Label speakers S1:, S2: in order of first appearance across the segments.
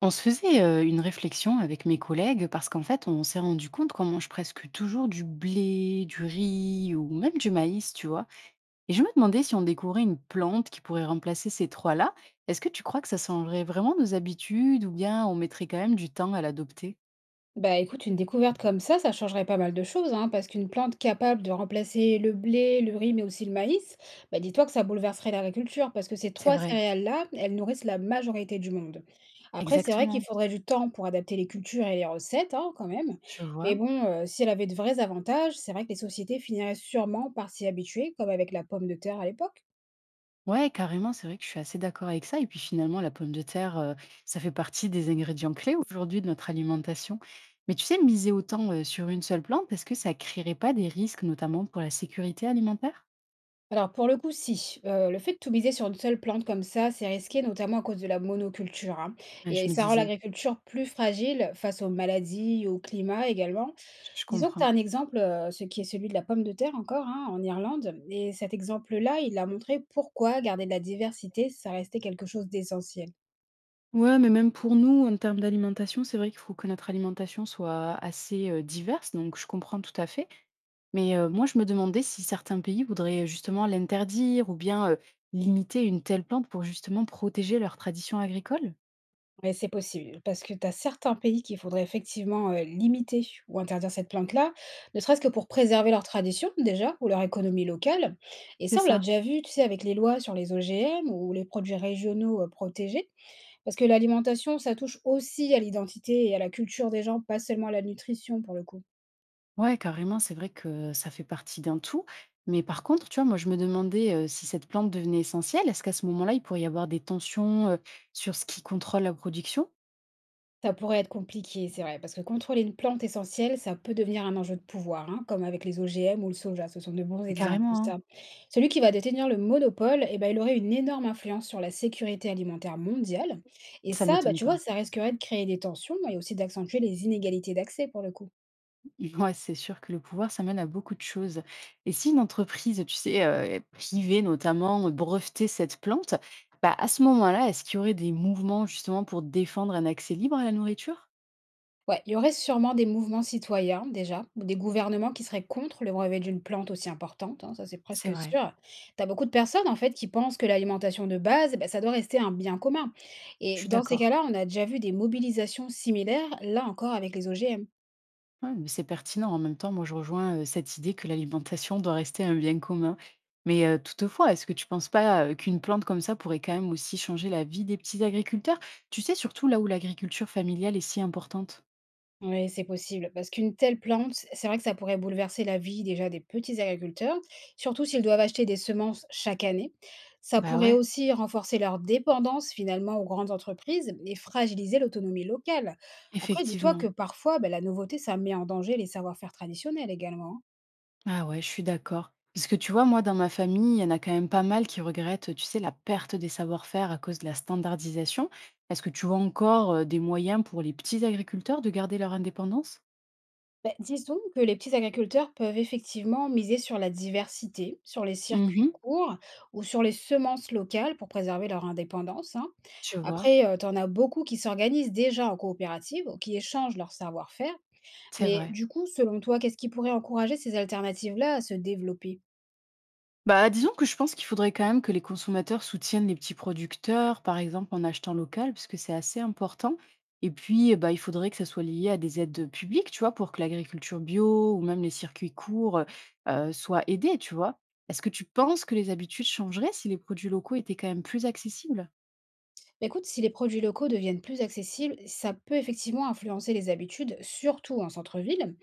S1: On se faisait une réflexion avec mes collègues parce qu'en fait, on s'est rendu compte qu'on mange presque toujours du blé, du riz ou même du maïs, tu vois. Et je me demandais si on découvrait une plante qui pourrait remplacer ces trois-là. Est-ce que tu crois que ça changerait vraiment nos habitudes ou bien on mettrait quand même du temps à l'adopter?
S2: Bah écoute, une découverte comme ça changerait pas mal de choses, hein, parce qu'une plante capable de remplacer le blé, le riz, mais aussi le maïs, bah dis-toi que ça bouleverserait l'agriculture, parce que ces
S1: C'est
S2: trois
S1: vrai.
S2: céréales-là, elles nourrissent la majorité du monde. Après, c'est vrai qu'il
S1: Exactement.
S2: faudrait du temps pour adapter les cultures et les recettes, hein, quand même.
S1: Je
S2: Mais
S1: vois.
S2: bon, si elle avait de vrais avantages, c'est vrai que les sociétés finiraient sûrement par s'y habituer, comme avec la pomme de terre à l'époque.
S1: Ouais, carrément, c'est vrai que je suis assez d'accord avec ça. Et puis finalement, la pomme de terre, ça fait partie des ingrédients clés aujourd'hui de notre alimentation. Mais tu sais, miser autant, sur une seule plante, est-ce que ça créerait pas des risques, notamment pour la sécurité alimentaire?
S2: Alors pour le coup, si. Le fait de tout miser sur une seule plante comme ça, c'est risqué, notamment à cause de la monoculture, hein,
S1: Ouais,
S2: et
S1: je me
S2: ça rend
S1: disais,
S2: l'agriculture plus fragile face aux maladies, au climat également.
S1: je
S2: Disons que tu as
S1: comprends.
S2: un exemple, ce qui est celui de la pomme de terre encore, hein, en Irlande, et cet exemple-là, il a montré pourquoi garder de la diversité, ça restait quelque chose d'essentiel.
S1: Ouais, mais même pour nous, en termes d'alimentation, c'est vrai qu'il faut que notre alimentation soit assez, diverse, donc je comprends tout à fait. Mais, moi, je me demandais si certains pays voudraient justement l'interdire ou bien, limiter une telle plante pour justement protéger leur tradition agricole.
S2: Mais c'est possible, parce que tu as certains pays qu'il faudrait effectivement, limiter ou interdire cette plante-là, ne serait-ce que pour préserver leur tradition déjà ou leur économie locale, et
S1: C'est
S2: ça, on l'a
S1: ça.
S2: déjà vu, tu sais, avec les lois sur les OGM ou les produits régionaux, protégés. Parce que l'alimentation, ça touche aussi à l'identité et à la culture des gens, pas seulement à la nutrition pour le coup.
S1: Ouais, carrément, c'est vrai que ça fait partie d'un tout. Mais par contre, tu vois, moi, je me demandais si cette plante devenait essentielle, est-ce qu'à ce moment-là, il pourrait y avoir des tensions sur ce qui contrôle la production?
S2: Ça pourrait être compliqué, c'est vrai, parce que contrôler une plante essentielle, ça peut devenir un enjeu de pouvoir, hein, comme avec les OGM ou le soja, ce sont de bons
S1: Mais
S2: exemples,
S1: carrément, hein.
S2: ça. Celui qui va détenir le monopole, eh ben, il aurait une énorme influence sur la sécurité alimentaire mondiale. Et
S1: Ça
S2: ça, bah,
S1: m'étonne
S2: tu
S1: pas.
S2: vois, ça risquerait de créer des tensions et aussi d'accentuer les inégalités d'accès pour le coup.
S1: Ouais, c'est sûr que le pouvoir, ça mène à beaucoup de choses. Et si une entreprise, tu sais, privée notamment, brevetait cette plante, bah, à ce moment-là, est-ce qu'il y aurait des mouvements justement pour défendre un accès libre à la nourriture?
S2: Ouais, il y aurait sûrement des mouvements citoyens déjà, ou des gouvernements qui seraient contre le brevet d'une plante aussi importante, hein, ça c'est
S1: C'est
S2: presque
S1: vrai.
S2: sûr. Tu as beaucoup de personnes en fait qui pensent que l'alimentation de base, eh ben ça doit rester un bien commun.
S1: Je
S2: Et
S1: suis
S2: dans ces
S1: d'accord.
S2: cas-là, on a déjà vu des mobilisations similaires, là encore avec les OGM.
S1: Ouais, mais c'est pertinent. En même temps, moi, je rejoins cette idée que l'alimentation doit rester un bien commun. Mais toutefois, est-ce que tu ne penses pas qu'une plante comme ça pourrait quand même aussi changer la vie des petits agriculteurs? Tu sais, surtout là où l'agriculture familiale est si importante.
S2: Oui, c'est possible, parce qu'une telle plante, c'est vrai que ça pourrait bouleverser la vie déjà des petits agriculteurs, surtout s'ils doivent acheter des semences chaque année. Ça
S1: Bah
S2: pourrait
S1: ouais,
S2: aussi renforcer leur dépendance finalement aux grandes entreprises et fragiliser l'autonomie locale. Après, dis-toi
S1: effectivement.
S2: que parfois, ben, la nouveauté, ça met en danger les savoir-faire traditionnels également, hein.
S1: Ah ouais, je suis d'accord. Parce que tu vois, moi, dans ma famille, il y en a quand même pas mal qui regrettent, tu sais, la perte des savoir-faire à cause de la standardisation. Est-ce que tu vois encore des moyens pour les petits agriculteurs de garder leur indépendance?
S2: Bah, disons que les petits agriculteurs peuvent effectivement miser sur la diversité, sur les circuits
S1: Mhm.
S2: courts ou sur les semences locales pour préserver leur indépendance, hein.
S1: Tu vois,
S2: Après, tu en as beaucoup qui s'organisent déjà en coopérative, ou qui échangent leur savoir-faire.
S1: c'est
S2: Mais
S1: vrai.
S2: du coup, selon toi, qu'est-ce qui pourrait encourager ces alternatives-là à se développer?
S1: Bah, disons que je pense qu'il faudrait quand même que les consommateurs soutiennent les petits producteurs, par exemple en achetant local, parce que c'est assez important. Et puis, eh bah, il faudrait que ça soit lié à des aides publiques, tu vois, pour que l'agriculture bio ou même les circuits courts soient aidés, tu vois. Est-ce que tu penses que les habitudes changeraient si les produits locaux étaient quand même plus accessibles?
S2: Bah, écoute, si les produits locaux deviennent plus accessibles, ça peut effectivement influencer les habitudes, surtout en centre-ville.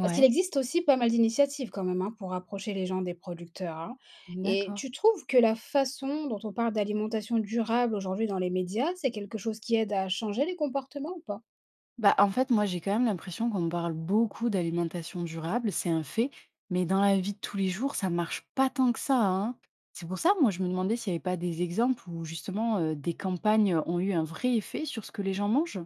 S2: Parce qu'il existe aussi pas mal d'initiatives quand même, hein, pour rapprocher les gens des producteurs, hein. Et
S1: D'accord.
S2: tu trouves que la façon dont on parle d'alimentation durable aujourd'hui dans les médias, c'est quelque chose qui aide à changer les comportements ou pas?
S1: Bah, en fait, moi, j'ai quand même l'impression qu'on parle beaucoup d'alimentation durable, c'est un fait, mais dans la vie de tous les jours, ça marche pas tant que ça, hein. C'est pour ça, moi, je me demandais s'il n'y avait pas des exemples où justement des campagnes ont eu un vrai effet sur ce que les gens mangent.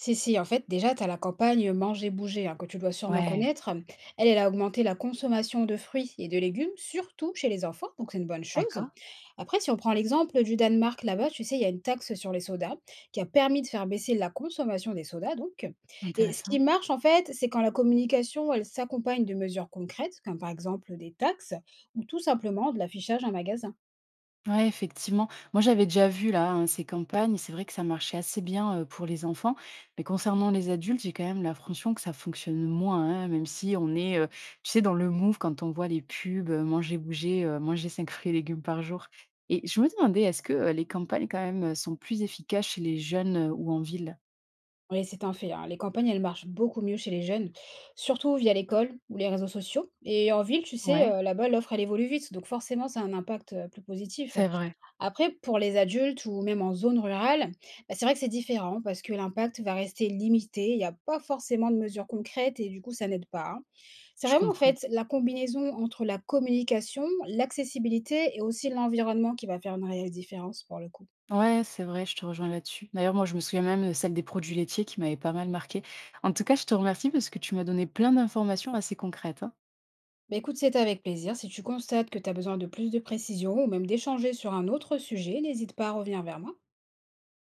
S2: Si, si, en fait, déjà, tu as la campagne Manger bouger, hein, que tu dois sûrement
S1: Ouais,
S2: connaître. Elle, elle a augmenté la consommation de fruits et de légumes, surtout chez les enfants, donc c'est une bonne chose.
S1: d'accord.
S2: Après, si on prend l'exemple du Danemark, là-bas, tu sais, il y a une taxe sur les sodas qui a permis de faire baisser la consommation des sodas, donc. Et ce qui
S1: Intéressant.
S2: marche, en fait, c'est quand la communication, elle s'accompagne de mesures concrètes, comme par exemple des taxes ou tout simplement de l'affichage en magasin.
S1: Ouais, effectivement. Moi, j'avais déjà vu là hein, ces campagnes. C'est vrai que ça marchait assez bien pour les enfants. Mais concernant les adultes, j'ai quand même l'impression que ça fonctionne moins, hein, même si on est, tu sais, dans le move quand on voit les pubs, manger, bouger, manger 5 fruits et légumes par jour. Et je me demandais, est-ce que les campagnes quand même sont plus efficaces chez les jeunes ou en ville?
S2: Oui, c'est un fait, hein. Les campagnes, elles marchent beaucoup mieux chez les jeunes, surtout via l'école ou les réseaux sociaux. Et en ville, tu sais,
S1: Ouais,
S2: là-bas, l'offre, elle évolue vite, donc forcément, ça a un impact plus positif.
S1: c'est vrai.
S2: Après, pour les adultes ou même en zone rurale, bah, c'est vrai que c'est différent parce que l'impact va rester limité, il n'y a pas forcément de mesures concrètes et du coup, ça n'aide pas, hein. C'est
S1: Je
S2: vraiment, en
S1: comprends.
S2: fait, la combinaison entre la communication, l'accessibilité et aussi l'environnement qui va faire une réelle différence pour le coup.
S1: Ouais, c'est vrai, je te rejoins là-dessus. D'ailleurs, moi, je me souviens même de celle des produits laitiers qui m'avait pas mal marqué. En tout cas, je te remercie parce que tu m'as donné plein d'informations assez concrètes, hein.
S2: Bah, écoute, c'est avec plaisir. Si tu constates que tu as besoin de plus de précision ou même d'échanger sur un autre sujet, n'hésite pas à revenir vers moi.